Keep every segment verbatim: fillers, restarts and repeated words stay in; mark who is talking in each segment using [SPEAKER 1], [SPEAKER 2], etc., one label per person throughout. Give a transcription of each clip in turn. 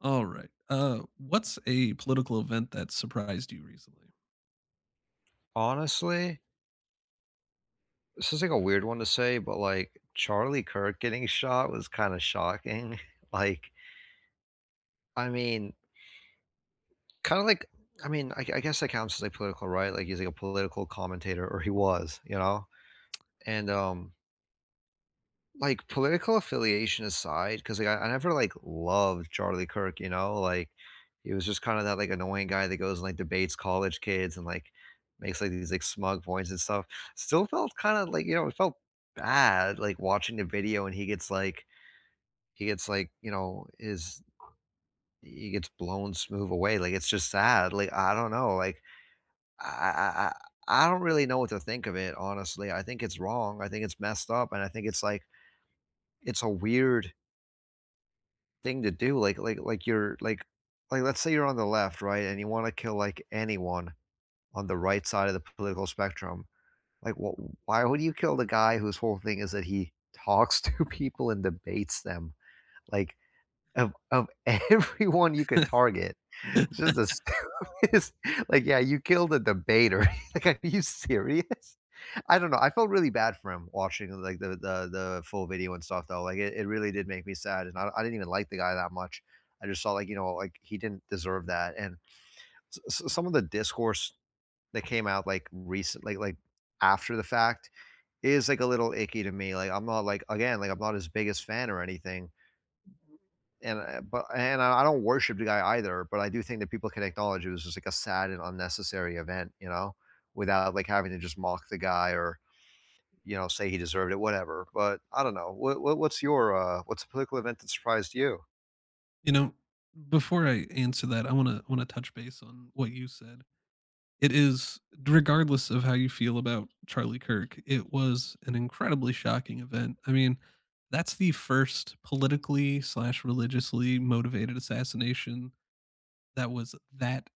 [SPEAKER 1] All right. Uh, what's a political event that surprised you recently?
[SPEAKER 2] Honestly, this is, like, a weird one to say, but, like, Charlie Kirk getting shot was kinda shocking. Like, I mean, kinda like I mean, I I guess that counts as, like, political, right? Like, he's, like, a political commentator, or he was, you know? And, um Like, political affiliation aside, because like, I I never, like, loved Charlie Kirk, you know, like, he was just kinda that, like, annoying guy that goes and, like, debates college kids and, like, makes, like, these, like, smug points and stuff. Still felt kinda like, you know, it felt bad, like, watching the video and he gets, like he gets, like, you know, his he gets blown smooth away, like, it's just sad, like, I don't know, like, I I I I don't really know what to think of it, honestly. I think it's wrong, I think it's messed up, and I think it's, like it's a weird thing to do. Like like like you're like like let's say you're on the left, right, and you want to kill like anyone on the right side of the political spectrum. Like, what? Why would you kill the guy whose whole thing is that he talks to people and debates them? Like of of everyone you could target, it's just the stupidest. Like, yeah, you killed a debater. Like, are you serious? I don't know. I felt really bad for him watching like the the the full video and stuff though. Like it, it really did make me sad, and I, I didn't even like the guy that much. I just saw like you know like he didn't deserve that, and s- s- some of the discourse that came out like recent like like after the fact is like a little icky to me. Like I'm not like again like I'm not his biggest fan or anything, and uh, but and I, I don't worship the guy either. But I do think that people can acknowledge it was just like a sad and unnecessary event, you know, without like having to just mock the guy or you know, say he deserved it, whatever. But I don't know. What, what what's your uh, what's a political event that surprised you?
[SPEAKER 1] You know, before I answer that, I want to want to touch base on what you said. It is regardless of how you feel about Charlie Kirk, it was an incredibly shocking event. I mean, that's the first politically slash religiously motivated assassination that was that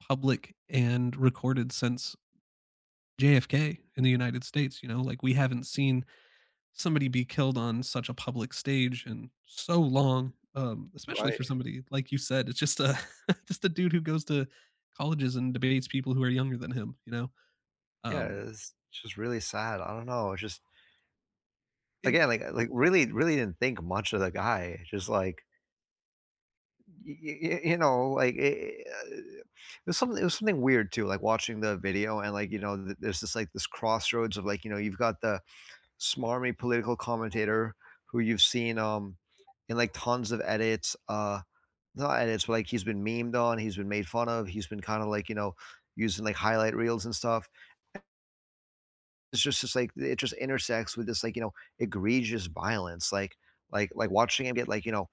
[SPEAKER 1] public and recorded since J F K in the United States. You know, like we haven't seen somebody be killed on such a public stage and so long, um, especially
[SPEAKER 2] Right.
[SPEAKER 1] for somebody like you said, it's just a just a dude who goes to colleges and debates people who are younger than him, you know?
[SPEAKER 2] Yeah,
[SPEAKER 1] Um,
[SPEAKER 2] it's just really sad. I don't know. It's just
[SPEAKER 1] it
[SPEAKER 2] again, like like really, really didn't think much of the guy. Just like y- y- you know, like it, it was something. It was something weird too. Like watching the video and like you know, th- there's this like this crossroads of like you know, you've got the smarmy political commentator who you've seen um in like tons of edits. Uh, No, and it's like he's been memed on, he's been made fun of, he's been kinda like, you know, using, like, highlight reels and stuff. It's just just like it just intersects with this, like, you know, egregious violence, like like like watching him get, like, you know,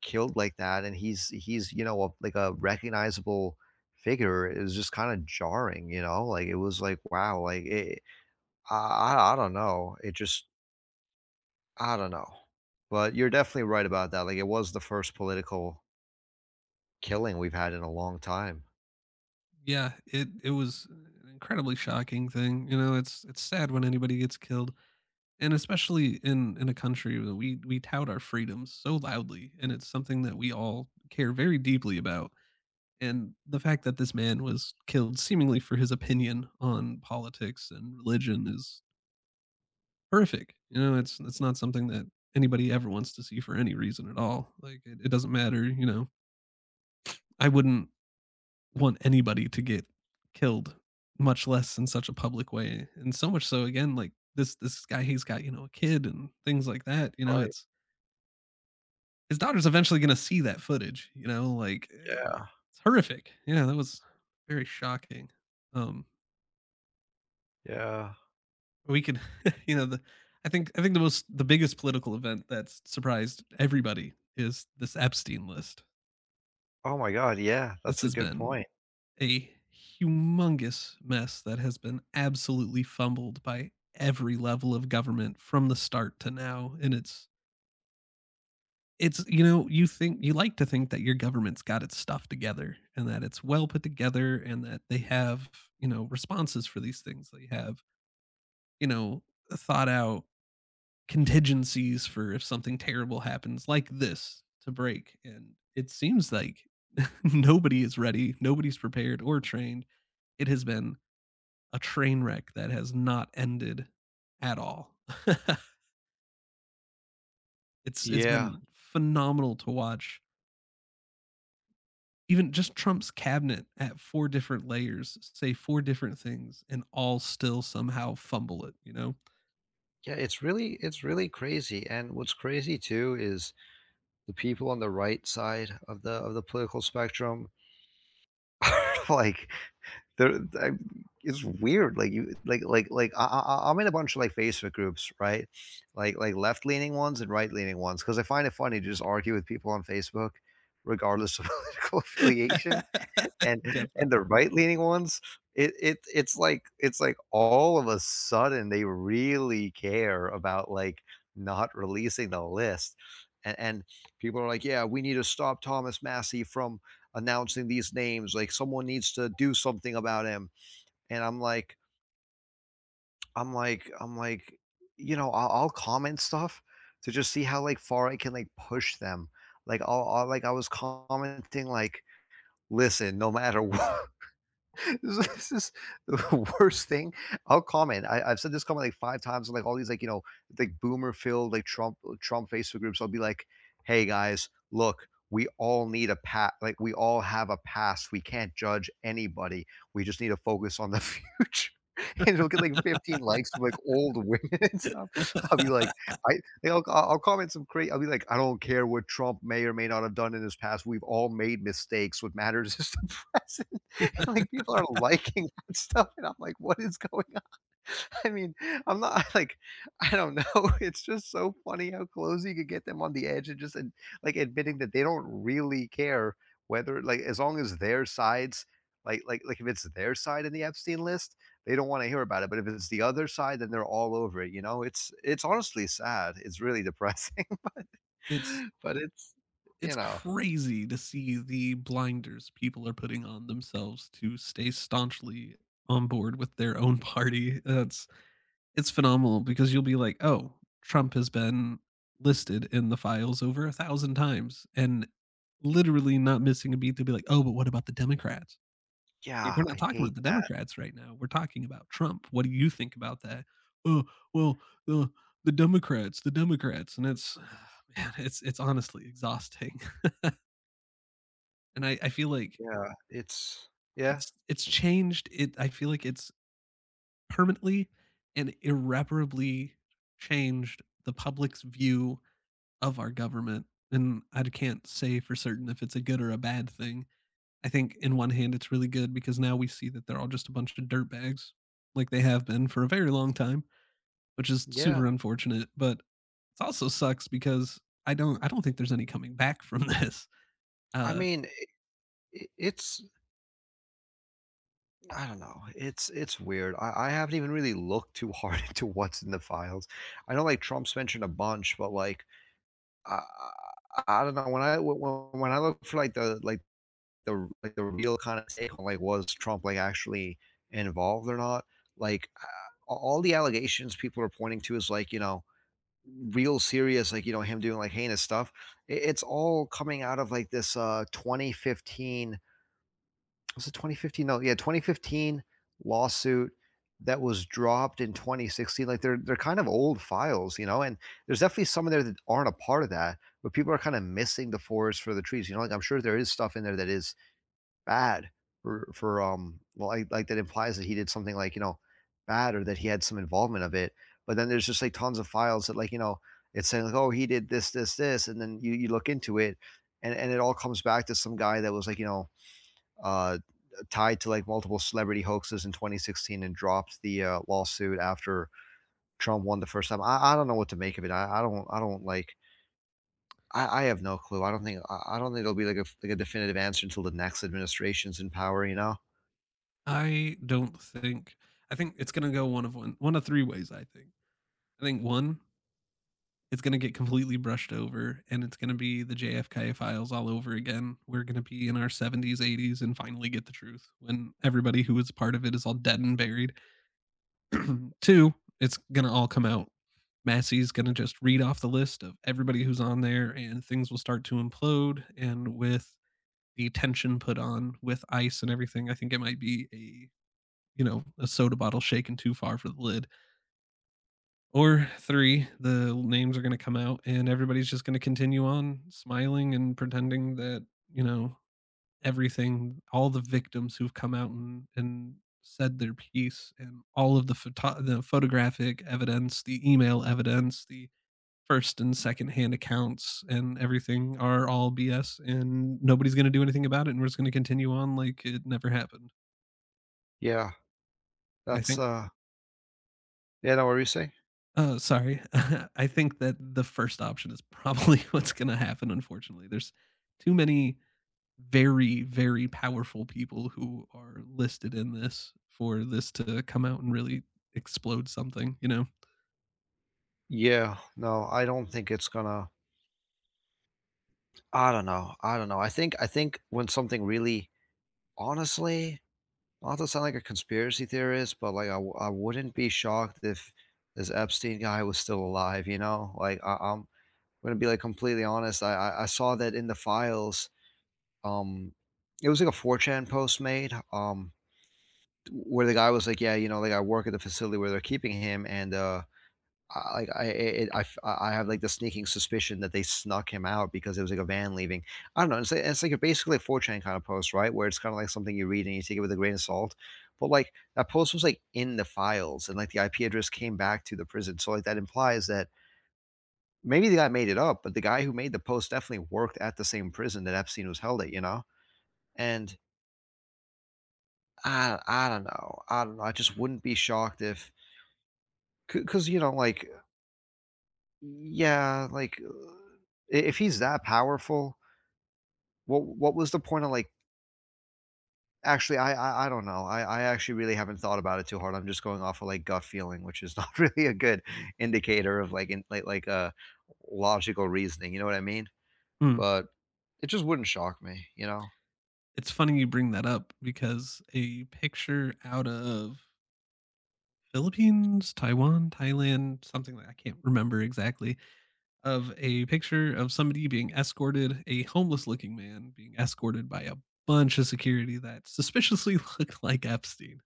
[SPEAKER 2] killed like that, and he's he's, you know, a like, a recognizable figure is just kinda jarring, you know? Like, it was like, wow, like, it I I I don't know. It just I don't know. But you're definitely right about that, like, it was the first political killing we've had in a long time.
[SPEAKER 1] Yeah, it it was an incredibly shocking thing. You know, it's it's sad when anybody gets killed, and especially in in a country where we we tout our freedoms so loudly, and it's something that we all care very deeply about. And the fact that this man was killed seemingly for his opinion on politics and religion is horrific. You know, it's it's not something that anybody ever wants to see for any reason at all. Like it, it doesn't matter. You know, I wouldn't want anybody to get killed, much less in such a public way. And so much so again, like this this guy he's got, you know, a kid and things like that. You know,
[SPEAKER 2] Right,
[SPEAKER 1] it's his daughter's eventually gonna see that footage, you know, like eh,
[SPEAKER 2] yeah.
[SPEAKER 1] it's horrific. Yeah, that was very shocking. Um
[SPEAKER 2] Yeah.
[SPEAKER 1] we could you know, the I think I think the most the biggest political event that's surprised everybody is this Epstein list.
[SPEAKER 2] Oh my god, yeah,
[SPEAKER 1] This
[SPEAKER 2] that's a
[SPEAKER 1] has
[SPEAKER 2] good
[SPEAKER 1] been
[SPEAKER 2] point.
[SPEAKER 1] a humongous mess that has been absolutely fumbled by every level of government from the start to now, and it's it's you know, you think you like to think that your government's got its stuff together and that it's well put together and that they have, you know, responses for these things. They have, you know, thought out contingencies for if something terrible happens like this to break, and it seems like nobody is ready, nobody's prepared or trained. It has been a train wreck that has not ended at all. it's it's
[SPEAKER 2] Yeah.
[SPEAKER 1] been phenomenal to watch. Even just Trump's cabinet at four different layers say four different things and all still somehow fumble it, you know?
[SPEAKER 2] Yeah, it's really it's really crazy, and what's crazy too is the people on the right side of the of the political spectrum are like there I, it's weird like you like like like I, I I'm in a bunch of like facebook groups right like like left leaning ones and right leaning ones because I find it funny to just argue with people on facebook regardless of political affiliation and and the
[SPEAKER 1] Definitely.
[SPEAKER 2] right leaning ones it, it it's like it's like all of a sudden they really care about like not releasing the list and, and people are like yeah we need to stop thomas massey from announcing these names. Like someone needs to do something about him. And I'm like, I'm like, I'm like, you know, I'll, I'll comment stuff to just see how like far I can like push them. Like I'll, I'll like I was commenting like, listen, no matter what, this is the worst thing. I'll comment. I, I've said this comment like five times. Like all these, like you know, like boomer filled, like Trump, Trump Facebook groups. I'll be like, "Hey guys, look, we all need a pat. Like we all have a past. We can't judge anybody. We just need to focus on the future." And it'll get like fifteen likes from like old women and stuff. I'll be like, I, like, I'll, I'll I'll comment some crazy. I'll be like, I don't care what Trump may or may not have done in his past. We've all made mistakes. What matters is the present. Like, people are liking that stuff, and I'm like, "What is going on?" I mean, I'm not like, I don't know. It's just so funny how close you could get them on the edge and just, and like, admitting that they don't really care whether like, as long as their sides like like like, if it's their side in the Epstein list, they don't wanna hear about it, but if it's the other side, then they're all over it, you know? It's it's honestly sad. It's really depressing,
[SPEAKER 1] It's
[SPEAKER 2] but it's you
[SPEAKER 1] it's
[SPEAKER 2] know?
[SPEAKER 1] crazy to see the blinders people are putting on themselves to stay staunchly on board with their own party. That's it's phenomenal because you'll be like, "Oh, Trump has been listed in the files over a thousand times," and literally not missing a beat, they'll be like, "Oh, but what about the Democrats?" Like,
[SPEAKER 2] Yeah,
[SPEAKER 1] "We're
[SPEAKER 2] I
[SPEAKER 1] not talking
[SPEAKER 2] hate
[SPEAKER 1] about the
[SPEAKER 2] that.
[SPEAKER 1] Democrats right now. We're talking about Trump. What do you think about that?" "Oh, well, uh, the Democrats, the Democrats," and it's man, it's it's honestly exhausting, and I I feel like
[SPEAKER 2] Yeah, it's yeah,
[SPEAKER 1] it's it's changed it I feel like it's permanently and irreparably changed the public's view of our government, and I can't say for certain if it's a good or a bad thing. I think in one hand it's really good because now we see that they're all just a bunch of dirtbags, like they have been for a very long time, which is
[SPEAKER 2] yeah.
[SPEAKER 1] super unfortunate. But it also sucks because I don't I don't think there's any coming back from this.
[SPEAKER 2] I
[SPEAKER 1] Uh,
[SPEAKER 2] mean It it's I don't know, it's it's weird. I I haven't even really looked too hard into what's in the files. I know, like, Trump's mentioned a bunch, but, like, I I I don't know, when I when when I look for, like, the like the like, the real kinda take on, like, was Trump, like, actually involved or not, like, uh, all the allegations people are pointing to is, like, you know, real serious, like, you know, him doing, like, heinous stuff. I it's all coming out of, like, this, uh, twenty fifteen was it twenty fifteen? No, yeah, twenty fifteen lawsuit that was dropped in twenty sixteen. Like they're they're kind of old files, you know. And there's definitely some in there that aren't a part of that, but people are kind of missing the forest for the trees. You know, like I'm sure there is stuff in there that is bad for for um well, like like that implies that he did something like you know bad or that he had some involvement of it. But then there's just like tons of files that like you know it's saying like oh he did this this this, and then you you look into it, and and it all comes back to some guy that was like you know uh, tied to like multiple celebrity hoaxes in twenty sixteen and dropped the uh, lawsuit after Trump won the first time. I, I don't know what to make of it. I, I don't I don't like I, I have no clue. I don't think I, don't think there'll be like a like a definitive answer until the next administration's in power. You know?
[SPEAKER 1] I don't think I think it's gonna go one of one one of three ways. I think I think one it's going to get completely brushed over and it's going to be the J F K files all over again. We're going to be in our seventies, eighties and finally get the truth when everybody who was part of it is all dead and buried. Two, it's going to all come out. Massey's going to just read off the list of everybody who's on there and things will start to implode. And with the tension put on with ice and everything, I think it might be a, you know, a soda bottle shaken too far for the lid. Or three, the names are going to come out and everybody's just going to continue on smiling and pretending that, you know, everything, all the victims who've come out and, and said their piece and all of the, photo- the photographic evidence, the email evidence, the first and second hand accounts and everything are all B S and nobody's going to do anything about it. And we're just going to continue on like it never happened.
[SPEAKER 2] Yeah,
[SPEAKER 1] And I
[SPEAKER 2] that's
[SPEAKER 1] think
[SPEAKER 2] uh yeah. No, what were you saying?
[SPEAKER 1] Oh, sorry. I think that the first option is probably what's gonna happen, unfortunately. There's too many very, very powerful people who are listed in this for this to come out and really explode something, you know?
[SPEAKER 2] Yeah, no, I don't think it's gonna. I don't know. I don't know. I think I think when something really honestly not to sound like a conspiracy theorist, but like I, w- I wouldn't be shocked if this Epstein guy was still alive. You know, like I, I'm gonna be like completely honest. I, I I saw that in the files. Um, it was like a four chan post made. Um, where the guy was like, yeah, you know, like I work at the facility where they're keeping him, and uh, I- like I, it, I I have like the sneaking suspicion that they snuck him out because it was like a van leaving. I don't know. It's like, it's like a basically a four chan kind of post, right? Where it's kind of like something you read and you take it with a grain of salt. But like that post was like in the files, and like the I P address came back to the prison. So like that implies that maybe the guy made it up, but the guy who made the post definitely worked at the same prison that Epstein was held at, you know. And I, I don't know. I don't know. I just wouldn't be shocked if because you know like yeah, like uh, i- if he's that powerful, what what was the point of like actually I I, I don't know. I, I actually really haven't thought about it too hard. I'm just going off of like gut feeling, which is not really a good indicator of like in, like like uh logical reasoning, you know what I mean?
[SPEAKER 1] Hmm.
[SPEAKER 2] But it just wouldn't shock me, you know.
[SPEAKER 1] It's funny you bring that up because a picture out of Philippines, Taiwan, Thailand, something, like I can't remember exactly, of a picture of somebody being escorted, a homeless looking man being escorted by a bunch of security that suspiciously looked like Epstein.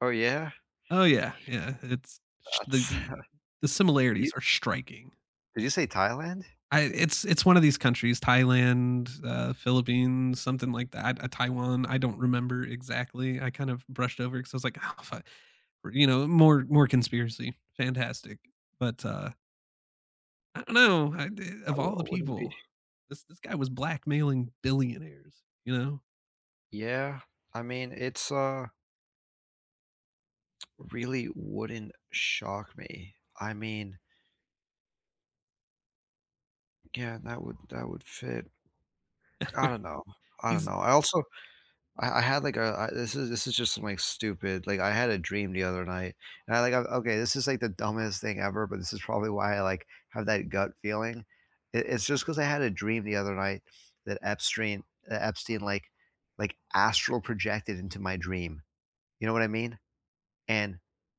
[SPEAKER 2] Oh yeah?
[SPEAKER 1] Oh yeah, yeah, it's sh- the
[SPEAKER 2] That's
[SPEAKER 1] the, the
[SPEAKER 2] you,
[SPEAKER 1] similarities are striking.
[SPEAKER 2] did you say Thailand?
[SPEAKER 1] I, it's it's one of these countries, Thailand, uh, Philippines, something like that. Uh, Taiwan. I don't remember exactly. I kind of brushed over because I was like, oh, fuck, you know, more more conspiracy, fantastic. But uh, I don't know. I,
[SPEAKER 2] I,
[SPEAKER 1] of
[SPEAKER 2] w-
[SPEAKER 1] all
[SPEAKER 2] I
[SPEAKER 1] the
[SPEAKER 2] wouldn't be
[SPEAKER 1] people, this this guy was blackmailing billionaires. You know,
[SPEAKER 2] yeah. I mean, it's uh really wouldn't shock me. I mean yeah, that would that would fit. I don't know. I don't
[SPEAKER 1] he's
[SPEAKER 2] know. I also I I had like a I this is this is just some, like, stupid like, I had a dream the other night, and I like, "Oh, okay, this is, like, the dumbest thing ever, but this is probably why I, like, have that gut feeling." It it's just because I had a dream the other night that Epstein that Epstein, like like, astral projected into my dream. You know what I mean? And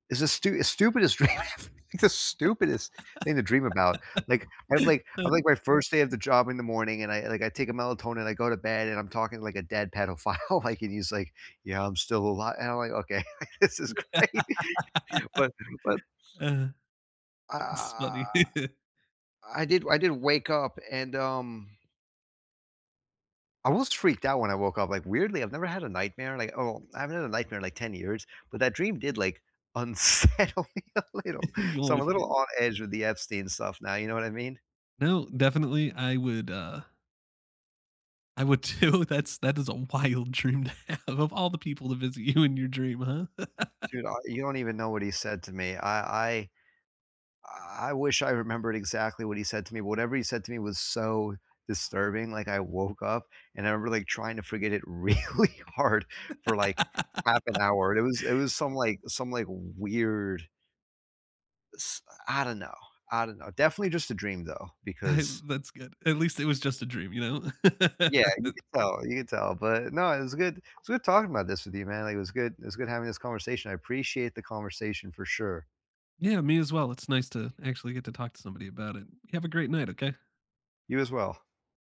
[SPEAKER 2] it's the stu stupidest dream ever, like, the stupidest thing to dream about. Like, I've, like I'm, like, my first day of the job in the morning, and I like, I take a melatonin, I go to bed, and I'm talking like a dead pedophile, like, and he's like, "Yeah, I'm still alive," and I'm like, "Okay, this is great." But but,
[SPEAKER 1] uh, it's funny.
[SPEAKER 2] uh, I did I did wake up and, um I was freaked out when I woke up, like, weirdly, I've never had a nightmare, like, oh, I haven't had a nightmare in, like, ten years, but that dream did, like, unsettle me a little, so I'm
[SPEAKER 1] You'll-
[SPEAKER 2] a little on edge with the Epstein stuff now, you know what I mean?
[SPEAKER 1] no, definitely, I would. uh I would too. That's that is a wild dream to have. Of all the people to visit you in your dream, huh?
[SPEAKER 2] Dude, I you don't even know what he said to me, I I I wish I remembered exactly what he said to me, whatever he said to me was so disturbing, like, I woke up, and I remember, like, trying to forget it really hard for, like, half an hour, and it was it was some, like some, like, weird S I don't know, I don't know. Definitely just a dream though,
[SPEAKER 1] I-
[SPEAKER 2] because
[SPEAKER 1] That's good. At least it was just a dream, you know.
[SPEAKER 2] yeah, you can tell, you can tell. But no, it was good it was good talking about this with you, man. Like, it was good it was good having this conversation. I appreciate the conversation for sure.
[SPEAKER 1] Yeah, me as well. It's nice to actually get to talk to somebody about it. You have a great night. Okay.
[SPEAKER 2] You as well.